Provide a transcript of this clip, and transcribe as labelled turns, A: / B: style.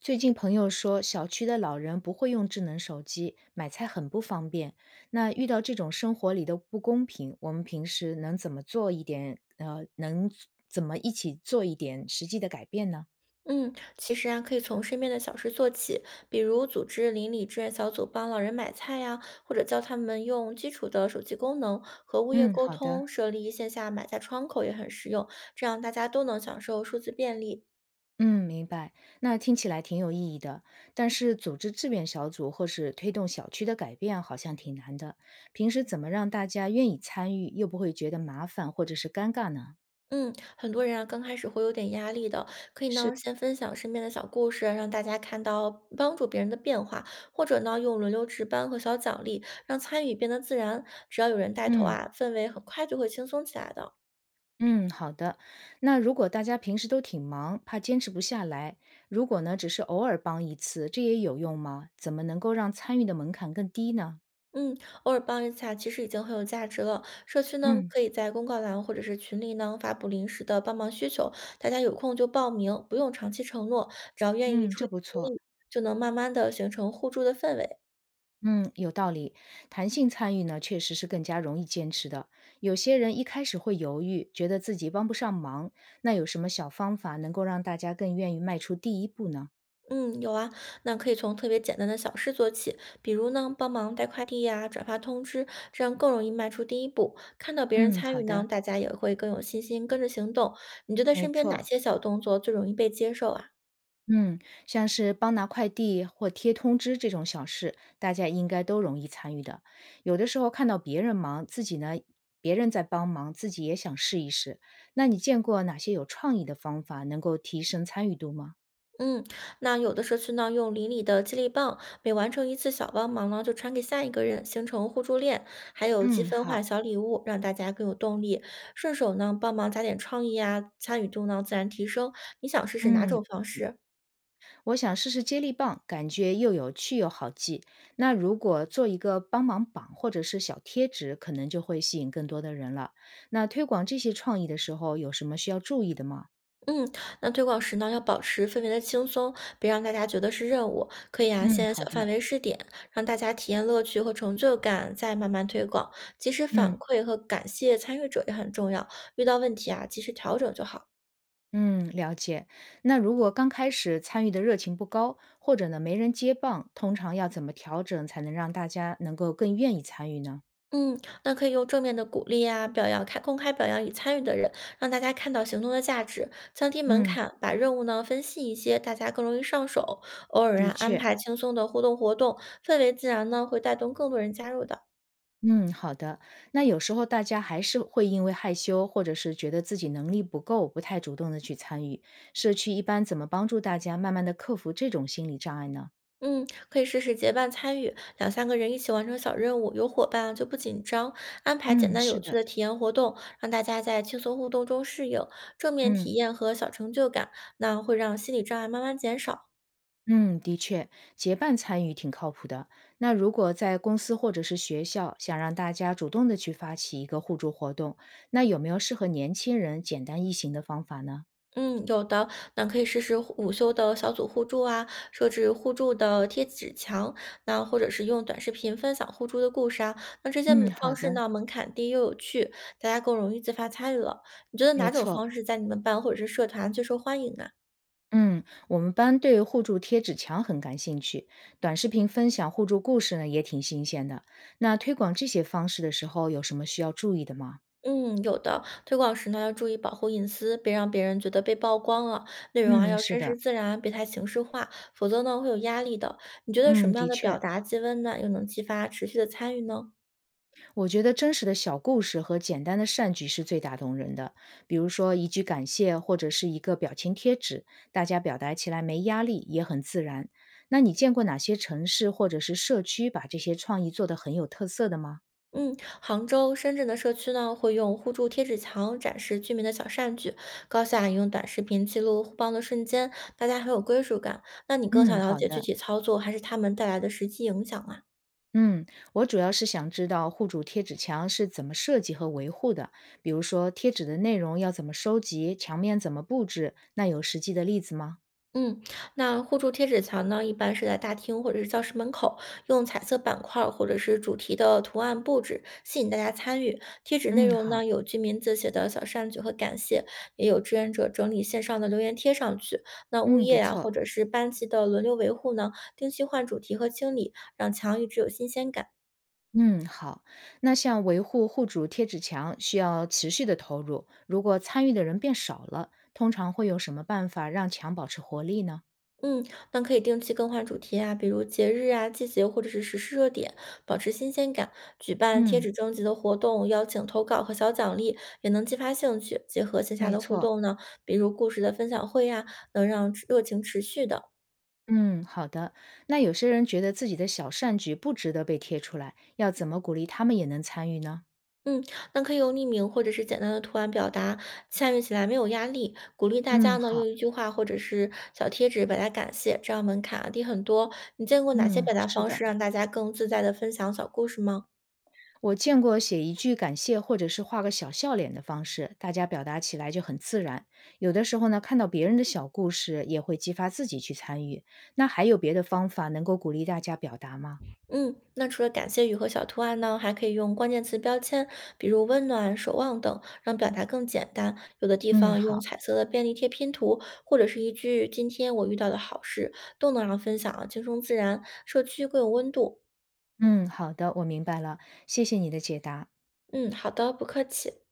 A: 最近朋友说，小区的老人不会用智能手机，买菜很不方便。那遇到这种生活里的不公平，我们平时能怎么做一点？能怎么一起做一点实际的改变呢？
B: 嗯，其实啊，可以从身边的小事做起，比如组织邻里志愿小组帮老人买菜呀，或者教他们用基础的手机功能和物业
A: 嗯，
B: 沟
A: 好的，
B: 通，设立线下买菜窗口也很实用，这样大家都能享受数字便利。
A: 嗯，明白。那听起来挺有意义的，但是组织志愿小组或是推动小区的改变好像挺难的。平时怎么让大家愿意参与，又不会觉得麻烦或者是尴尬呢？
B: 嗯，很多人啊，刚开始会有点压力的，可以
A: 是，
B: 呢，先分享身边的小故事，让大家看到帮助别人的变化，或者呢，用轮流值班和小奖励，让参与变得自然。只要有人带头
A: 嗯。
B: 啊，氛围很快就会轻松起来的。
A: 嗯，好的。那如果大家平时都挺忙，怕坚持不下来，如果呢只是偶尔帮一次，这也有用吗？怎么能够让参与的门槛更低呢？
B: 嗯，偶尔帮一下，其实已经很有价值了。社区呢，
A: 嗯
B: 可以在公告栏或者是群里呢发布临时的帮忙需求，大家有空就报名，不用长期承诺，只要愿意
A: 嗯，
B: 出
A: 这
B: 一
A: 不
B: 份
A: 错。
B: 力，就能慢慢的形成互助的氛围。
A: 嗯，有道理。弹性参与呢，确实是更加容易坚持的。有些人一开始会犹豫，觉得自己帮不上忙，那有什么小方法能够让大家更愿意迈出第一步呢？
B: 嗯，有啊，那可以从特别简单的小事做起，比如呢，帮忙带快递呀、转发通知，这样更容易迈出第一步。看到别人
A: 嗯，
B: 参
A: 好
B: 与
A: 的，
B: 呢，大家也会更有信心跟着行动。你觉得
A: 没
B: 身边哪
A: 错。
B: 些小动作最容易被接受啊？
A: 嗯，像是帮拿快递或贴通知这种小事，大家应该都容易参与的。有的时候看到别人忙，自己呢，别人在帮忙，自己也想试一试。那你见过哪些有创意的方法能够提升参与度吗？
B: 嗯，那有的社区呢，用邻里的接力棒，每完成一次小帮忙呢，就传给下一个人，形成互助链，还有积
A: 嗯，
B: 分化
A: 好，
B: 小礼物，让大家更有动力。顺手呢，帮忙加点创意啊，参与度呢自然提升。你想试试哪
A: 嗯，
B: 种方式？
A: 我想试试接力棒，感觉又有趣又好记。那如果做一个帮忙榜或者是小贴纸，可能就会吸引更多的人了。那推广这些创意的时候，有什么需要注意的吗？
B: 嗯，那推广时呢，要保持氛围的轻松，别让大家觉得是任务。可以啊，
A: 嗯，
B: 先
A: 好
B: 小范
A: 的。
B: 围试点，让大家体验乐趣和成就感，再慢慢推广。及时反
A: 嗯。
B: 馈和感谢参与者也很重要，遇到问题啊，及时调整就好了。
A: 嗯，了解。那如果刚开始参与的热情不高，或者呢没人接棒，通常要怎么调整才能让大家能够更愿意参与呢？
B: 嗯，那可以用正面的鼓励啊，表扬开公开表扬已参与的人，让大家看到行动的价值，降低门
A: 嗯，
B: 槛，把任务呢分细一些，大家更容易上手。偶尔
A: 的
B: 啊，安
A: 确。
B: 排轻松的互动活动，氛围自然呢会带动更多人加入的。
A: 嗯，好的。那有时候大家还是会因为害羞，或者是觉得自己能力不够，不太主动的去参与。社区一般怎么帮助大家慢慢的克服这种心理障碍呢？
B: 嗯，可以试试结伴参与，两三个人一起完成小任务，有伙伴啊就不紧张。安排简
A: 嗯，
B: 单有
A: 是
B: 趣
A: 的。
B: 的体验活动，让大家在轻松互动中适应，正面
A: 嗯。
B: 体验和小成就感，那会让心理障碍慢慢减少。
A: 嗯，的确，结伴参与挺靠谱的。那如果在公司或者是学校，想让大家主动的去发起一个互助活动，那有没有适合年轻人简单易行的方法呢？
B: 嗯，有的，那可以试试互午休的小组互助啊，设置互助的贴纸墙，那或者是用短视频分享互助的故事啊，那这些
A: 嗯，
B: 门
A: 好
B: 方
A: 的，
B: 式呢，门槛低又有趣，大家更容易自发参与了。你觉得
A: 没
B: 哪种
A: 错。
B: 方式在你们班或者是社团最受欢迎呢？
A: 嗯，我们班对互助贴纸墙很感兴趣，短视频分享互助故事呢也挺新鲜的。那推广这些方式的时候，有什么需要注意的吗？
B: 嗯，有的，推广时呢要注意保护隐私，别让别人觉得被曝光了。内容啊
A: 嗯，
B: 要
A: 是
B: 真
A: 的，
B: 实自然，别太形式化，否则呢会有压力的。你觉得什
A: 嗯，
B: 么样
A: 的
B: 的
A: 确。
B: 表达既温暖又能激发持续的参与呢？
A: 我觉得真实的小故事和简单的善举是最打动人的，比如说一句感谢或者是一个表情贴纸，大家表达起来没压力，也很自然。那你见过哪些城市或者是社区把这些创意做得很有特色的吗？
B: 嗯，杭州、深圳的社区呢，会用互助贴纸墙展示居民的小善举；高校啊也用短视频记录互帮的瞬间，大家很有归属感。那你更想
A: 嗯，
B: 了
A: 好
B: 解具
A: 的。
B: 体操作，还是他们带来的实际影响啊？
A: 嗯，我主要是想知道户主贴纸墙是怎么设计和维护的，比如说贴纸的内容要怎么收集，墙面怎么布置，那有实际的例子吗？
B: 嗯，那互助贴纸墙呢，一般是在大厅或者是教室门口，用彩色板块儿或者是主题的图案布置，吸引大家参与。贴纸内
A: 嗯，
B: 容
A: 好，
B: 呢，有居民自写的小善举和感谢，也有志愿者整理线上的留言贴上去。那物
A: 嗯，
B: 业
A: 不
B: 呀、
A: 错。
B: 或者是班级的轮流维护呢，定期换主题和清理，让墙一直有新鲜感。
A: 嗯，好。那像维护户主贴纸墙需要持续的投入，如果参与的人变少了，通常会有什么办法让墙保持活力呢？
B: 嗯，那可以定期更换主题啊，比如节日啊、季节或者是时事热点，保持新鲜感。举办贴
A: 嗯，
B: 纸征集的活动，邀请投稿和小奖励，也能激发兴趣。结合线下
A: 没
B: 的互
A: 错。
B: 动呢，比如故事的分享会呀、能让热情持续的。
A: 嗯，好的。那有些人觉得自己的小善举不值得被贴出来，要怎么鼓励他们也能参与呢？
B: 嗯，那可以用匿名或者是简单的图案表达，参与起来没有压力。鼓励大
A: 嗯，
B: 家呢
A: 好。
B: 用一句话或者是小贴纸表达感谢，这样门槛啊低很多。你见过哪些
A: 嗯，
B: 表达
A: 是
B: 方
A: 的。
B: 式让大家更自在的分享小故事吗？
A: 我见过写一句感谢或者是画个小笑脸的方式，大家表达起来就很自然。有的时候呢，看到别人的小故事，也会激发自己去参与。那还有别的方法能够鼓励大家表达吗？
B: 嗯，那除了感谢语和小图案呢，还可以用关键词标签，比如温暖、守望等，让表达更简单。有的地
A: 嗯，
B: 方用
A: 好，
B: 彩色的便利贴拼图，或者是一句“今天我遇到的好事”，都能让分享啊轻松自然，社区更有温度。
A: 嗯，好的，我明白了，谢谢你的解答。
B: 嗯，好的，不客气。